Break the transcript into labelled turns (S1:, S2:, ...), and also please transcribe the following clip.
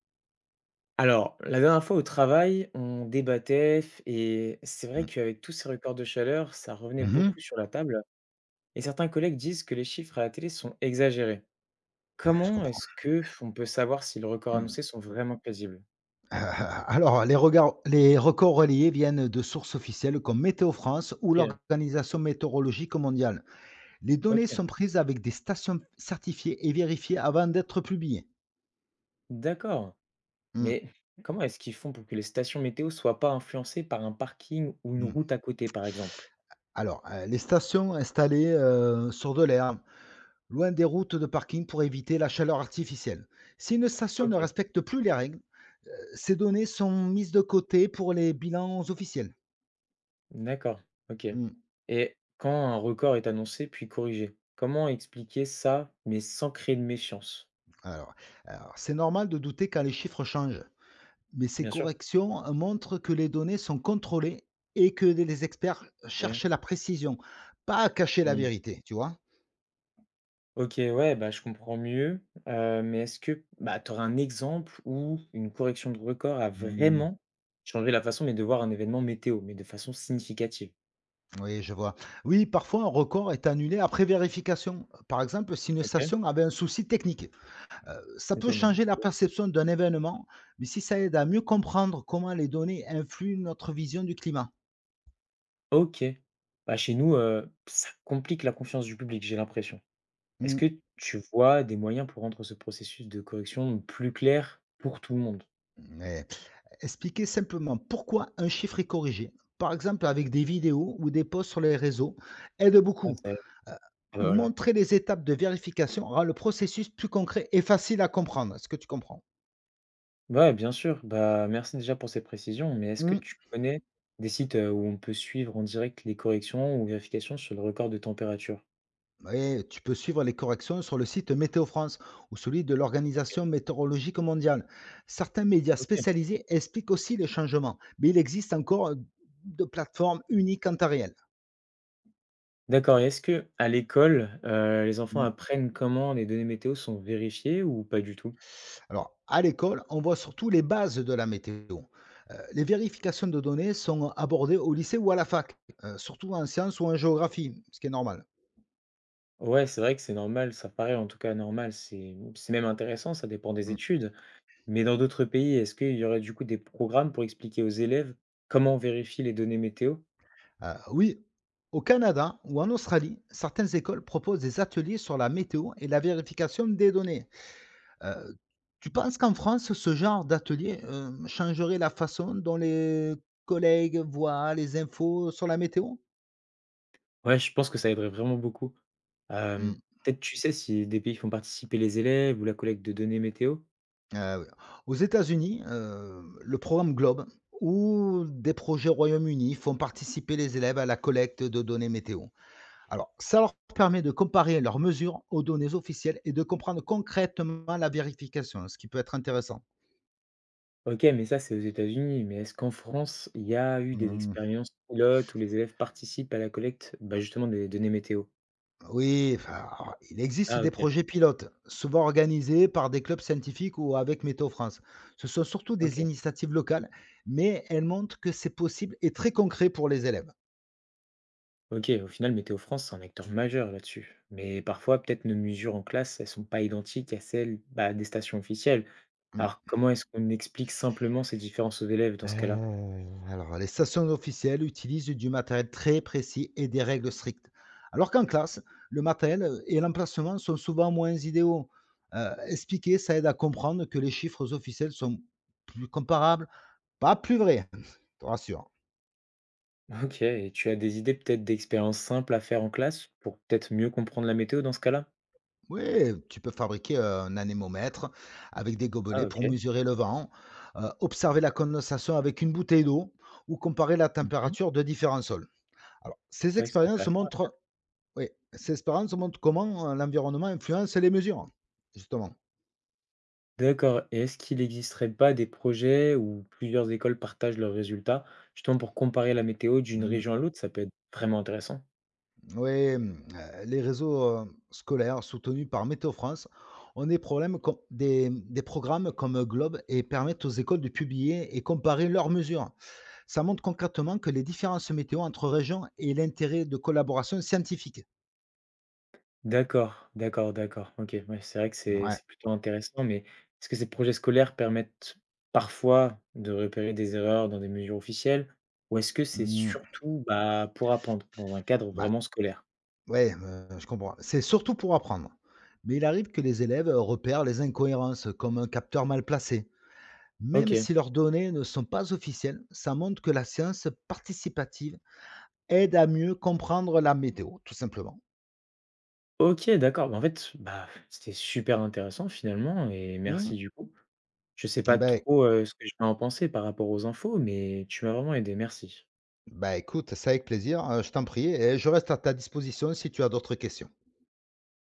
S1: Alors, la dernière fois au travail, on débattait et c'est vrai
S2: Mmh.
S1: qu'avec tous ces records de chaleur, ça revenait
S2: Mmh.
S1: beaucoup sur la table et certains collègues disent que les chiffres à la télé sont exagérés.
S2: Ouais, je
S1: Comment
S2: comprends.
S1: est-ce que on peut savoir si les records
S2: Mmh.
S1: annoncés sont vraiment plausibles?
S2: Les records reliés viennent de sources officielles comme Météo France ou
S1: Ok,
S2: l'Organisation météorologique mondiale. Les
S1: ok,
S2: données sont prises avec des stations certifiées et vérifiées avant d'être publiées.
S1: d'accord.
S2: Mmh,
S1: Mais comment est-ce qu'ils font pour que les stations météo soient pas influencées par un parking ou une
S2: mmh.
S1: route à côté, par exemple?
S2: Alors, les stations installées, sur de l'herbe, loin des routes de parking pour éviter la chaleur artificielle. Si une station
S1: Ok,
S2: ne respecte plus les règles, ces données sont mises de côté pour les bilans officiels.
S1: d'accord, ok.
S2: Mmh.
S1: Et quand un record est annoncé puis corrigé, comment expliquer ça, mais sans créer de méfiance?
S2: Alors, alors, c'est normal de douter quand les chiffres changent, mais ces
S1: Bien sûr.
S2: corrections montrent que les données sont contrôlées et que les experts
S1: Mmh.
S2: cherchent la précision, pas à cacher la
S1: Mmh.
S2: vérité, tu vois?
S1: OK, ouais, bah, je comprends mieux, mais est-ce que bah, tu aurais un exemple où une correction de record a
S2: Mmh,
S1: vraiment changé la façon, mais de voir un événement météo, mais de façon significative?
S2: oui, je vois. Oui, parfois un record est annulé après vérification. Par exemple, si une
S1: OK.
S2: station avait un souci technique, ça peut
S1: Étonnant.
S2: changer la perception d'un événement, mais si ça aide à mieux comprendre comment les données influent notre vision du climat.
S1: OK. Bah, chez nous, ça complique la confiance du public, j'ai l'impression. Est-ce
S2: Mmh,
S1: que tu vois des moyens pour rendre ce processus de correction plus clair pour tout le monde?
S2: eh expliquez simplement pourquoi un chiffre est corrigé, par exemple avec des vidéos ou des posts sur les réseaux, aide
S1: Ouais,
S2: beaucoup.
S1: c'est.
S2: Heu,
S1: Voilà.
S2: montrer les étapes de vérification rend le processus plus concret et facile à comprendre. Est-ce que tu comprends?
S1: Ouais, bien sûr. Bah, merci déjà pour ces précisions, mais est-ce que
S2: Mmh,
S1: tu connais des sites, où on peut suivre en direct les corrections ou vérifications sur le record de température?
S2: oui, tu peux suivre les corrections sur le site Météo France ou celui de
S1: OK,
S2: l'Organisation météorologique mondiale. Certains médias
S1: OK.
S2: spécialisés expliquent aussi les changements, mais il existe encore de plateformes uniques en temps réel.
S1: D'accord, et est-ce que à l'école, les enfants
S2: Mmh.
S1: apprennent comment les données météo sont vérifiées ou pas du tout?
S2: Alors, à l'école, on voit surtout les bases de la météo. Les vérifications de données sont abordées au lycée ou à la fac, surtout en sciences ou en géographie, ce qui est normal.
S1: Ouais, c'est vrai que c'est normal, ça paraît en tout cas normal, c'est même intéressant, ça dépend des
S2: Hmm.
S1: études. Mais dans d'autres pays, est-ce qu'il y aurait du coup des programmes pour expliquer aux élèves comment on vérifie les données météo?
S2: Oui, au Canada ou en Australie, certaines écoles proposent des ateliers sur la météo et la vérification des données. Euh, tu penses qu'en France, ce genre d'atelier changerait la façon dont les collègues voient les infos sur la météo.
S1: Ouais, je pense que ça aiderait vraiment beaucoup. Hem, peut-être tu sais si des pays font participer les élèves ou la collecte de données météo?
S2: Ah oui. Aux États-Unis, le programme Globe ou des projets au Royaume-Uni font participer les élèves à la collecte de données météo. Alors, ça leur permet de comparer leurs mesures aux données officielles et de comprendre concrètement la vérification, ce qui peut être intéressant.
S1: OK, mais ça, c'est aux États-Unis, mais est-ce qu'en France, il y a eu des
S2: Mmh,
S1: expériences pilotes où les élèves participent à la collecte, bah, justement des données météo?
S2: oui, enfin, alors, il existe
S1: Ah
S2: des
S1: OK,
S2: projets pilotes, souvent organisés par des clubs scientifiques ou avec Météo France. Ce sont surtout des
S1: OK,
S2: initiatives locales, mais elles montrent que c'est possible et très concret pour les élèves.
S1: OK, au final, Météo France, c'est un acteur majeur là-dessus. Mais parfois, peut-être nos mesures en classe, elles sont pas identiques à celles, bah, des stations officielles.
S2: Mmh.
S1: Alors comment est-ce qu'on explique simplement ces différences aux élèves dans ce cas-là?
S2: Heu, alors les stations officielles utilisent du matériel très précis et des règles strictes. Alors qu'en classe, le matériel, et l'emplacement sont souvent moins idéaux. Expliquer, ça aide à comprendre que les chiffres officiels sont plus comparables, pas plus vrais, je te rassure.
S1: Ok, et tu as des idées peut-être d'expériences simples à faire en classe pour peut-être mieux comprendre la météo dans ce cas-là?
S2: Oui, tu peux fabriquer un anémomètre avec des
S1: Ah
S2: gobelets pour
S1: ok.
S2: mesurer le vent, observer la condensation avec une bouteille d'eau ou comparer la
S1: Mmh.
S2: température de différents sols. Alors ces
S1: C'est vrai que c'est
S2: expériences
S1: intéressant, ouais.
S2: montrent. Oui, ces Sespérance montre comment, l'environnement influence les mesures, justement.
S1: D'accord, et est-ce qu'il n'existerait pas des projets où plusieurs écoles partagent leurs résultats, justement pour comparer la météo d'une
S2: Mmh,
S1: région à l'autre? Ça peut être vraiment intéressant.
S2: oui, mmh, les réseaux, scolaires soutenus par Météo France ont des programmes comme Globe et permettent aux écoles de publier et comparer leurs mesures. Ça montre concrètement que les différences météo entre régions et l'intérêt de collaboration scientifique.
S1: D'accord, d'accord, d'accord. OK, ouais, c'est vrai que c'est
S2: Ouais,
S1: c'est plutôt intéressant, mais est-ce que ces projets scolaires permettent parfois de repérer des erreurs dans des mesures officielles? Ou est-ce que c'est
S2: mmh,
S1: surtout, bah, pour apprendre dans un cadre
S2: bah,
S1: vraiment scolaire?
S2: ouais, je comprends. C'est surtout pour apprendre, mais il arrive que les élèves, repèrent les incohérences, comme un capteur mal placé. Même
S1: OK.
S2: si leurs données ne sont pas officielles, ça montre que la science participative aide à mieux comprendre la météo, tout simplement.
S1: OK, d'accord. Bah, en fait, bah, c'était super intéressant finalement et
S2: Mmh.
S1: merci du coup. Je sais pas
S2: Ben,
S1: trop, ce que je vais en penser par rapport aux infos, mais tu m'as vraiment aidé, merci.
S2: bah, écoute, c'est avec plaisir, je t'en prie et je reste à ta disposition si tu as d'autres questions.